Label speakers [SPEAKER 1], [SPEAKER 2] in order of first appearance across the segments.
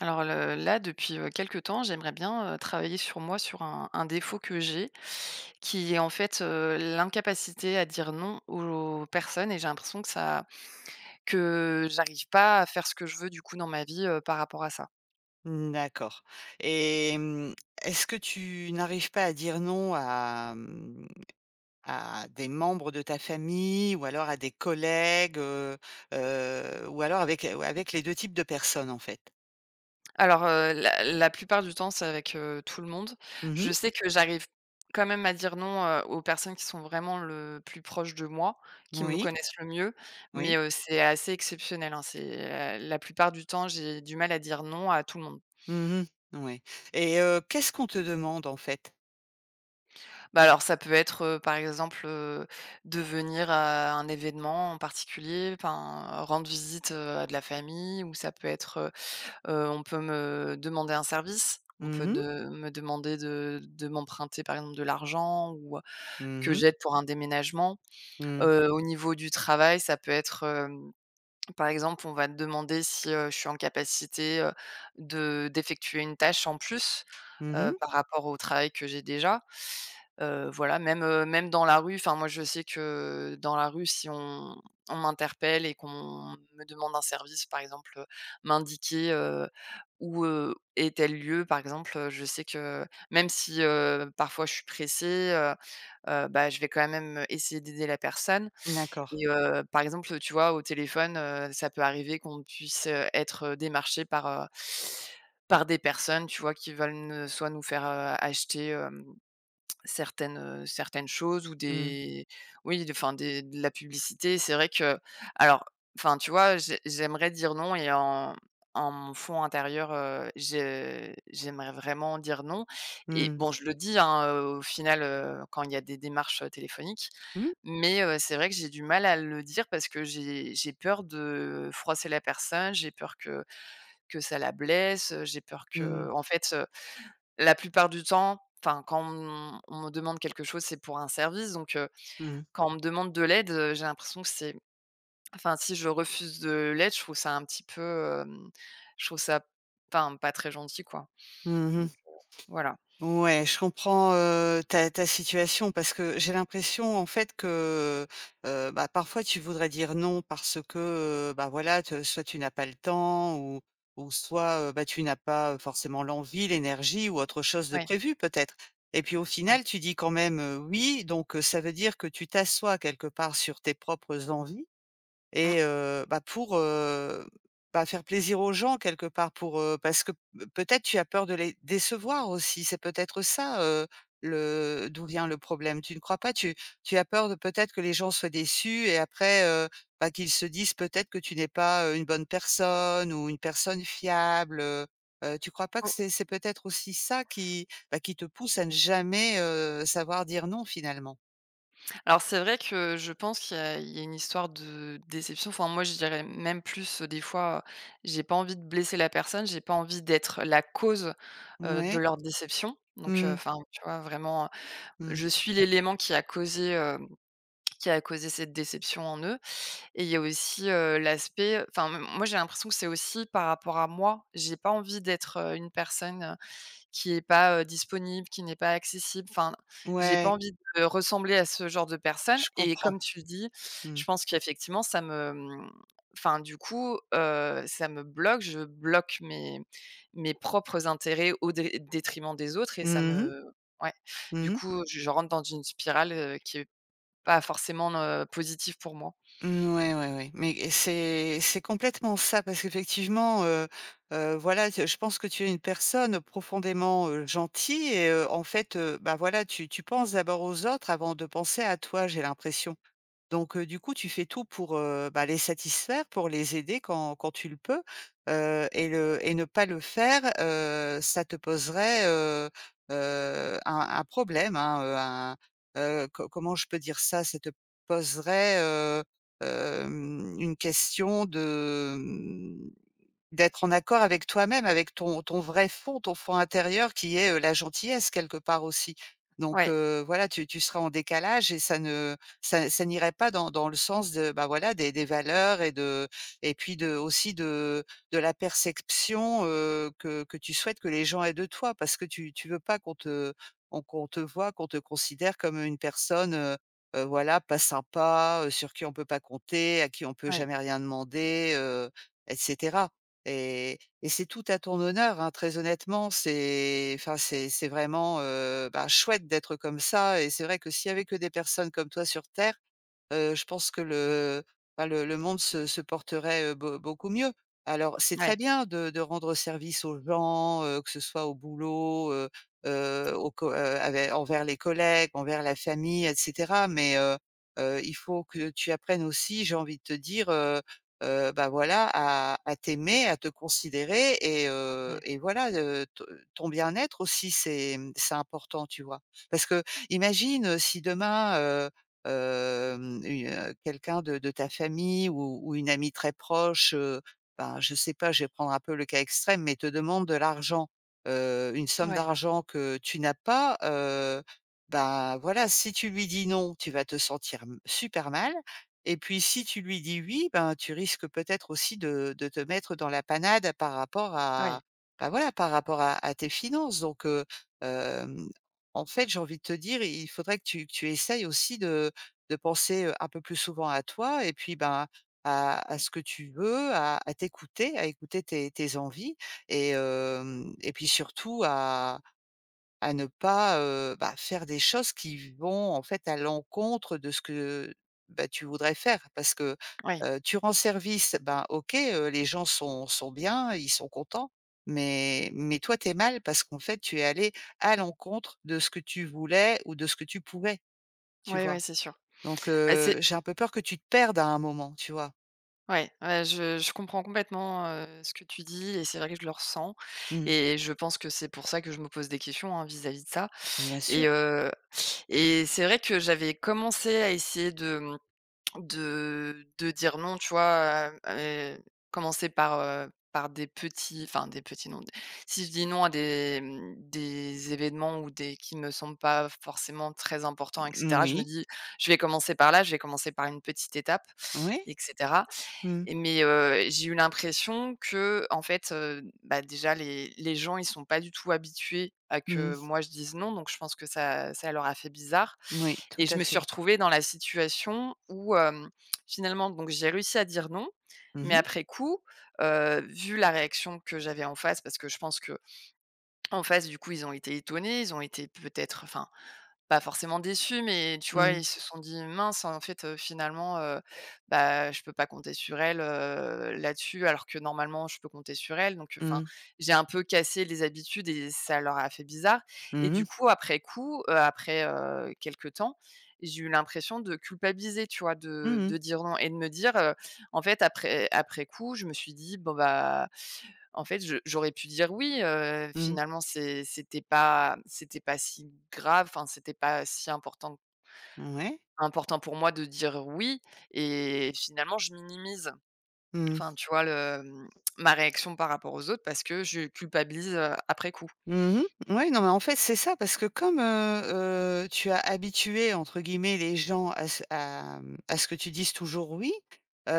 [SPEAKER 1] Alors depuis, quelque temps, j'aimerais bien, travailler sur moi, sur un défaut que j'ai, qui est en fait, l'incapacité à dire non aux personnes et j'ai l'impression que ça que j'arrive pas à faire ce que je veux, du coup, dans ma vie, par rapport à ça.
[SPEAKER 2] Mmh, d'accord et mmh, est-ce que tu n'arrives pas à dire non à, à des membres de ta famille ou alors à des collègues, ou alors avec, avec les 2 types de personnes, en fait?
[SPEAKER 1] Alors, la plupart du temps, c'est avec, tout le monde.
[SPEAKER 2] Mmh.
[SPEAKER 1] Je sais que j'arrive quand même à dire non, aux personnes qui sont vraiment le plus proches de moi, qui me
[SPEAKER 2] Oui,
[SPEAKER 1] connaissent le mieux, mais,
[SPEAKER 2] oui.
[SPEAKER 1] c'est assez exceptionnel, hein. C'est, la plupart du temps, j'ai du mal à dire non à tout le monde.
[SPEAKER 2] Mmh mh, ouais, et qu'est-ce qu'on te demande, en fait?
[SPEAKER 1] Bah, alors ça peut être, par exemple, de venir à un événement en particulier, enfin, rendre visite, à de la famille ou ça peut être, on peut me demander un service. On
[SPEAKER 2] Mmh
[SPEAKER 1] peut
[SPEAKER 2] mh.
[SPEAKER 1] de me demander de m'emprunter, par exemple, de l'argent ou,
[SPEAKER 2] Mmh
[SPEAKER 1] que
[SPEAKER 2] mh.
[SPEAKER 1] j'aide pour un déménagement.
[SPEAKER 2] Mmh.
[SPEAKER 1] Au niveau du travail, ça peut être, par exemple, on va te demander si, je suis en capacité, de d'effectuer une tâche en plus,
[SPEAKER 2] Mmh.
[SPEAKER 1] par rapport au travail que j'ai déjà. Voilà, même, même dans la rue, enfin moi je sais que dans la rue, si on m'interpelle et qu'on me demande un service, par exemple, m'indiquer, où, est tel lieu, par exemple, je sais que même si, parfois je suis pressée, bah, je vais quand même essayer d'aider la personne
[SPEAKER 2] D'accord.
[SPEAKER 1] et par exemple, tu vois, au téléphone, ça peut arriver qu'on puisse, être démarché par, par des personnes, tu vois, qui veulent ne soit nous faire, acheter, hem Certaines, certaines choses ou
[SPEAKER 2] Mmh.
[SPEAKER 1] des oui, de enfin des de la publicité. C'est vrai que alors enfin, tu vois, j'aimerais dire non et en en mon fond intérieur, j'aimerais vraiment dire non et
[SPEAKER 2] Mmh.
[SPEAKER 1] bon, je le dis, hein, au final, quand il y a des démarches, téléphoniques
[SPEAKER 2] Mmh.
[SPEAKER 1] mais c'est vrai que j'ai du mal à le dire parce que j'ai peur de froisser la personne, j'ai peur que ça la blesse, j'ai peur
[SPEAKER 2] Mmh.
[SPEAKER 1] que en fait, la plupart du temps, enfin, quand on me demande quelque chose, c'est pour un service, donc
[SPEAKER 2] Mmh.
[SPEAKER 1] quand on me demande de l'aide, j'ai l'impression que c'est enfin, si je refuse de l'aide, je trouve ça un petit peu, hem, je trouve ça enfin, pas très gentil, quoi,
[SPEAKER 2] Mmh.
[SPEAKER 1] donc voilà.
[SPEAKER 2] Ouais, je comprends, ta situation, parce que j'ai l'impression en fait que, bah, parfois tu voudrais dire non parce que, bah, voilà, te soit tu n'as pas le temps ou soit, bah, tu n'as pas forcément l'envie, l'énergie ou autre chose de
[SPEAKER 1] Ouais,
[SPEAKER 2] prévu peut-être, et puis au
[SPEAKER 1] ouais.
[SPEAKER 2] final tu dis quand même, «oui», donc, ça veut dire que tu t'assois quelque part sur tes propres envies
[SPEAKER 1] Mmh.
[SPEAKER 2] et bah, pour, heu bah, faire plaisir aux gens quelque part pour, parce que peut-être tu as peur de les décevoir aussi. C'est peut-être ça, le d'où vient le problème. Tu ne crois pas? Tu tu as peur de peut-être que les gens soient déçus et après, bah, qu'ils se disent peut-être que tu n'es pas, une bonne personne ou une personne fiable, tu crois pas que
[SPEAKER 1] Oh,
[SPEAKER 2] c'est peut-être aussi ça qui, bah, qui te pousse à ne jamais, savoir dire non finalement?
[SPEAKER 1] alors c'est vrai que je pense qu'il y a une histoire de déception, enfin, moi, je dirais même plus, des fois, j'ai pas envie de blesser la personne, j'ai pas envie d'être la cause, de
[SPEAKER 2] Ouais.
[SPEAKER 1] leur déception, donc
[SPEAKER 2] Mmh.
[SPEAKER 1] enfin, tu vois, vraiment
[SPEAKER 2] Mmh.
[SPEAKER 1] je suis l'élément qui a causé cette déception en eux et il y a aussi, l'aspect enfin, m moi, j'ai l'impression que c'est aussi par rapport à moi. J'ai pas envie d'être, une personne, qui est pas, disponible, qui n'est pas accessible, enfin, j'ai pas
[SPEAKER 2] Ouais,
[SPEAKER 1] envie de ressembler à ce genre de personne
[SPEAKER 2] je
[SPEAKER 1] et comme
[SPEAKER 2] comprends.
[SPEAKER 1] tu le dis,
[SPEAKER 2] Mmh.
[SPEAKER 1] je pense qu'effectivement ça me, enfin du coup, ça me bloque, je bloque mes mes propres intérêts au dé détriment des autres et ça
[SPEAKER 2] Mmh mh.
[SPEAKER 1] me ouais,
[SPEAKER 2] Mmh
[SPEAKER 1] du
[SPEAKER 2] mh.
[SPEAKER 1] coup, je rentre dans une spirale, qui est pas forcément, positive pour moi.
[SPEAKER 2] Mmh, ouais, ouais, ouais, mais c'est complètement ça, parce qu'effectivement, voilà, je pense que tu es une personne profondément, gentille, et en fait, bah, voilà, tu tu penses d'abord aux autres avant de penser à toi, j'ai l'impression. Donc du coup, tu fais tout pour, bah, les satisfaire, pour les aider quand quand tu le peux, et le et ne pas le faire, ça te poserait, un problème, hein, un co comment je peux dire ça? Ça te poserait, une question de, d'être en accord avec toi-même, avec ton ton vrai fond, ton fond intérieur qui est, la gentillesse quelque part aussi. Donc,
[SPEAKER 1] Ouais,
[SPEAKER 2] voilà, tu tu seras en décalage et ça ne ça ça n'irait pas dans dans le sens de, bah, voilà, des valeurs, et de et puis de aussi de la perception, que tu souhaites que les gens aient de toi. Parce que tu tu veux pas qu'on te on qu'on te voie, qu'on te considère comme une personne, voilà, pas sympa, sur qui on peut pas compter, à qui on peut
[SPEAKER 1] ouais,
[SPEAKER 2] jamais rien demander, et cetera. Et et c'est tout à ton honneur, hein, très honnêtement, c'est enfin, c'est vraiment, bah, chouette d'être comme ça, et c'est vrai que s'il y avait que des personnes comme toi sur terre, je pense que le enfin le monde se se porterait, beaucoup mieux. Alors c'est très
[SPEAKER 1] ouais,
[SPEAKER 2] bien de rendre service aux gens, que ce soit au boulot, au co ave envers les collègues, envers la famille et cetera. Mais, il faut que tu apprennes aussi, j'ai envie de te dire, bah, voilà, à t'aimer, à te considérer,
[SPEAKER 1] ouais,
[SPEAKER 2] et voilà, te ton bien-être aussi, c'est, c'est important, tu vois? Parce que imagine, si demain, une, quelqu'un de ta famille ou une amie très proche, ben, je sais pas, je vais prendre un peu le cas extrême, mais te demande de l'argent, une somme
[SPEAKER 1] ouais,
[SPEAKER 2] d'argent que tu n'as pas, ben, voilà, si tu lui dis non, tu vas te sentir m super mal, et puis si tu lui dis oui, ben, tu risques peut-être aussi de te mettre dans la panade par rapport à,
[SPEAKER 1] ouais,
[SPEAKER 2] ben voilà, par rapport à tes finances donc hem, en fait, j'ai envie de te dire, il faudrait que tu essayes aussi de penser, un peu plus souvent à toi, et puis, ben, à ce que tu veux, à t'écouter, à écouter tes tes envies et hem et puis surtout à ne pas, bah, faire des choses qui vont, en fait, à l'encontre de ce que, bah, tu voudrais faire. Parce que,
[SPEAKER 1] ouais,
[SPEAKER 2] tu rends service, ben, OK, les gens sont sont bien, ils sont contents, mais toi, t'es mal parce qu'en fait, tu es allé à l'encontre de ce que tu voulais ou de ce que tu pouvais, tu
[SPEAKER 1] ouais,
[SPEAKER 2] vois?
[SPEAKER 1] ouais, c'est sûr.
[SPEAKER 2] Donc
[SPEAKER 1] Bah, c'est
[SPEAKER 2] j'ai un peu peur que tu te perdes à un moment, tu vois?
[SPEAKER 1] ouais, ouais, je comprends complètement, ce que tu dis et c'est vrai que je le ressens
[SPEAKER 2] Mmh.
[SPEAKER 1] et je pense que c'est pour ça que je me pose des questions, hein, vis-à-vis de ça
[SPEAKER 2] Bien sûr.
[SPEAKER 1] et heu et c'est vrai que j'avais commencé à essayer de, de dire non, tu vois? Commencer par, par des petits enfin des petits non, si je dis non à des, des événements ou des qui me semblent pas forcément très importants et
[SPEAKER 2] Mm,
[SPEAKER 1] cetera, je me
[SPEAKER 2] oui,
[SPEAKER 1] dis: «Je vais commencer par là, je vais commencer par une petite étape»
[SPEAKER 2] oui.
[SPEAKER 1] etc.
[SPEAKER 2] Mmh.
[SPEAKER 1] Et mais, j'ai eu l'impression que en fait, bah, déjà les gens ils sont pas du tout habitués à que
[SPEAKER 2] Mmh.
[SPEAKER 1] moi je dise non, donc je pense que ça leur a fait bizarre
[SPEAKER 2] Oui, tout
[SPEAKER 1] et je
[SPEAKER 2] à
[SPEAKER 1] me suis
[SPEAKER 2] fait.
[SPEAKER 1] retrouvée dans la situation où, finalement donc j'ai réussi à dire non,
[SPEAKER 2] Mmh
[SPEAKER 1] mais
[SPEAKER 2] mh.
[SPEAKER 1] après coup, vu la réaction que j'avais en face parce que je pense que en face du coup ils ont été étonnés, ils ont été peut-être enfin pas forcément déçus, mais tu vois,
[SPEAKER 2] Mmh.
[SPEAKER 1] ils se sont dit: «Mince, en fait, finalement, bah, je peux pas compter sur elle, là-dessus, alors que normalement je peux compter sur elle». Donc, enfin,
[SPEAKER 2] Mmh.
[SPEAKER 1] j'ai un peu cassé les habitudes et ça leur a fait bizarre. Et
[SPEAKER 2] Mmh
[SPEAKER 1] du
[SPEAKER 2] mh.
[SPEAKER 1] coup, après, quelque temps, j'ai eu l'impression de culpabiliser, tu vois? De
[SPEAKER 2] Mmh.
[SPEAKER 1] dire non et de me dire, en fait, après coup, je me suis dit: «Bon, bah, en fait, je j'aurais pu dire: «Oui,
[SPEAKER 2] Mmh.
[SPEAKER 1] finalement, c'était pas si grave, enfin, c'était pas si important
[SPEAKER 2] Ouais.
[SPEAKER 1] important pour moi de dire "oui" et finalement, je minimise», enfin,
[SPEAKER 2] Mmh.
[SPEAKER 1] tu vois, le, ma réaction par rapport aux autres parce que je culpabilise, après coup.
[SPEAKER 2] Mmh mh. Ouais, non, mais en fait, c'est ça parce que comme, tu as «habitué» entre guillemets les gens à ce à, à ce que tu dises toujours «oui»,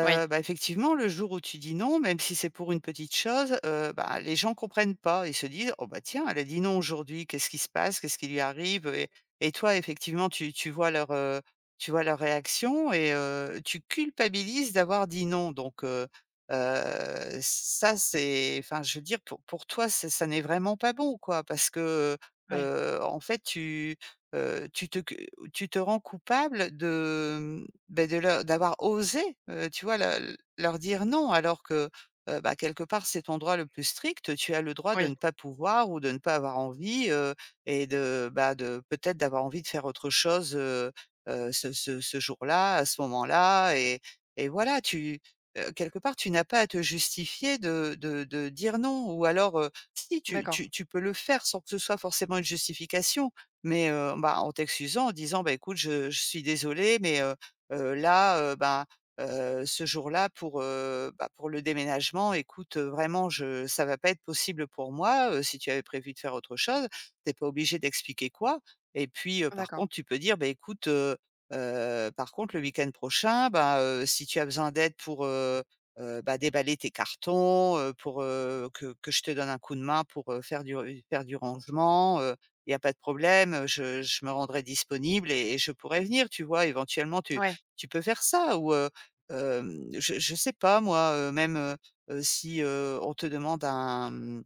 [SPEAKER 1] Oui,
[SPEAKER 2] bah, effectivement, le jour où tu dis «non», même si c'est pour une petite chose, bah, les gens comprennent pas. Ils se disent: «Oh bah, tiens, elle a dit non aujourd'hui, qu'est-ce qui se passe? Qu'est-ce qui lui arrive?» Et toi, effectivement, tu tu vois leur réaction, et tu culpabilises d'avoir dit «non», donc ça c'est enfin je veux dire pour toi c'est ça n'est vraiment pas bon quoi, parce que,
[SPEAKER 1] oui,
[SPEAKER 2] en fait tu, tu te que tu te rends coupable de, ben, de leur d'avoir osé, tu vois, le leur dire non alors que, bah, quelque part c'est ton droit le plus strict. Tu as le droit de
[SPEAKER 1] oui,
[SPEAKER 2] ne pas pouvoir ou de ne pas avoir envie, et de, bah, de peut-être d'avoir envie de faire autre chose, ce ce ce jour-là, à ce moment-là, et voilà tu quelque part, tu n'as pas à te justifier de dire non, ou alors, si tu
[SPEAKER 1] d'accord,
[SPEAKER 2] tu tu peux le faire sans que ce soit forcément une justification, mais bah, en t'excusant, en disant: «Bah, écoute, je suis désolé mais là, ben, ce jour-là pour, bah, pour le déménagement, écoute, vraiment, je ça va pas être possible pour moi, si tu avais prévu de faire autre chose». T'es pas obligé d'expliquer quoi, et puis, par
[SPEAKER 1] d'accord.
[SPEAKER 2] contre, tu peux dire: «Bah, écoute, par contre, le week-end prochain, bah, si tu as besoin d'aide pour, bah, déballer tes cartons, pour, que je te donne un coup de main pour, faire du rangement, il y a pas de problème, je me rendrai disponible et je pourrais venir, tu vois?» Éventuellement, tu
[SPEAKER 1] Oui,
[SPEAKER 2] tu peux faire ça, ou, je sais pas moi, si, on te demande un, mmh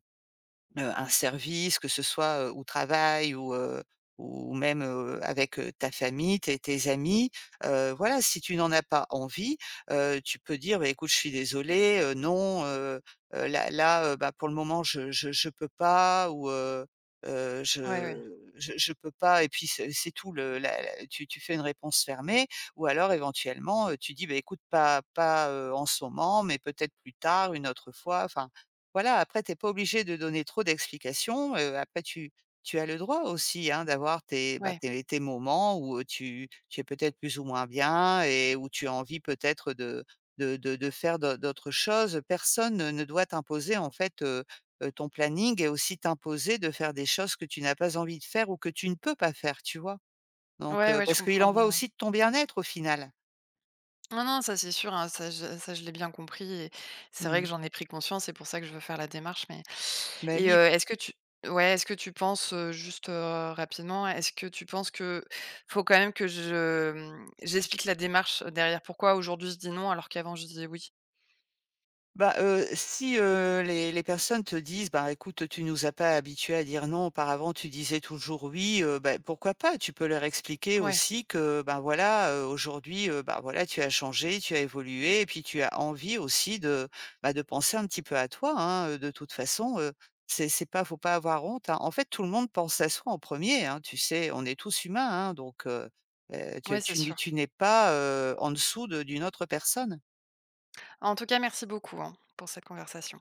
[SPEAKER 2] Heu, un service, que ce soit, au travail ou même, avec, ta famille, tes tes amis. Voilà, si tu n'en as pas envie, tu peux dire: «Bah, écoute, je suis désolé non, là là, bah, pour le moment, je peux pas», ou,
[SPEAKER 1] oui, oui, oui,
[SPEAKER 2] Je peux pas», et puis c'est tout le la la tu tu fais une réponse fermée, ou alors éventuellement, tu dis: «Bah, écoute, pas pas, en ce moment, mais peut-être plus tard, une autre fois», enfin voilà, après t'es pas obligé de donner trop d'explications, après tu tu as le droit aussi, hein, d'avoir tes, bah,
[SPEAKER 1] oui,
[SPEAKER 2] tes tes moments où, tu tu es peut-être plus ou moins bien et où tu as envie peut-être de faire d'autres choses. Personne ne ne doit t'imposer en fait, ton planning et aussi t'imposer de faire des choses que tu n'as pas envie de faire ou que tu ne peux pas faire, tu vois? Donc
[SPEAKER 1] ouais, ouais, je
[SPEAKER 2] parce qu'il
[SPEAKER 1] comprends
[SPEAKER 2] en va
[SPEAKER 1] bien.
[SPEAKER 2] aussi de ton bien-être au final.
[SPEAKER 1] Non, non, ça c'est sûr, hein, ça je l'ai bien compris et c'est
[SPEAKER 2] Mmh
[SPEAKER 1] vrai que
[SPEAKER 2] mh.
[SPEAKER 1] j'en ai pris conscience, c'est pour ça que je veux faire la démarche mais
[SPEAKER 2] Bah
[SPEAKER 1] et
[SPEAKER 2] oui.
[SPEAKER 1] est-ce que tu ouais, est-ce que tu penses, juste, rapidement, est-ce que tu penses que faut quand même que je, j'explique la démarche derrière? Pourquoi aujourd'hui je dis non alors qu'avant je disais oui?
[SPEAKER 2] Bah, si, les personnes te disent: «Bah, écoute, tu nous as pas habitués à dire non, auparavant tu disais toujours oui», bah, pourquoi pas? Tu peux leur expliquer
[SPEAKER 1] Ouais,
[SPEAKER 2] aussi que, ben, voilà, aujourd'hui, bah, voilà, tu as changé, tu as évolué, et puis tu as envie aussi de, bah, de penser un petit peu à toi, hein, de toute façon, c'est pas faut pas avoir honte, hein. En fait, tout le monde pense à soi en premier hein, tu sais? On est tous humains, hein, donc tu
[SPEAKER 1] ouais, c'est sûr.
[SPEAKER 2] tu n'es pas, en dessous de d'une autre personne.
[SPEAKER 1] En tout cas, merci beaucoup, hein, pour cette conversation.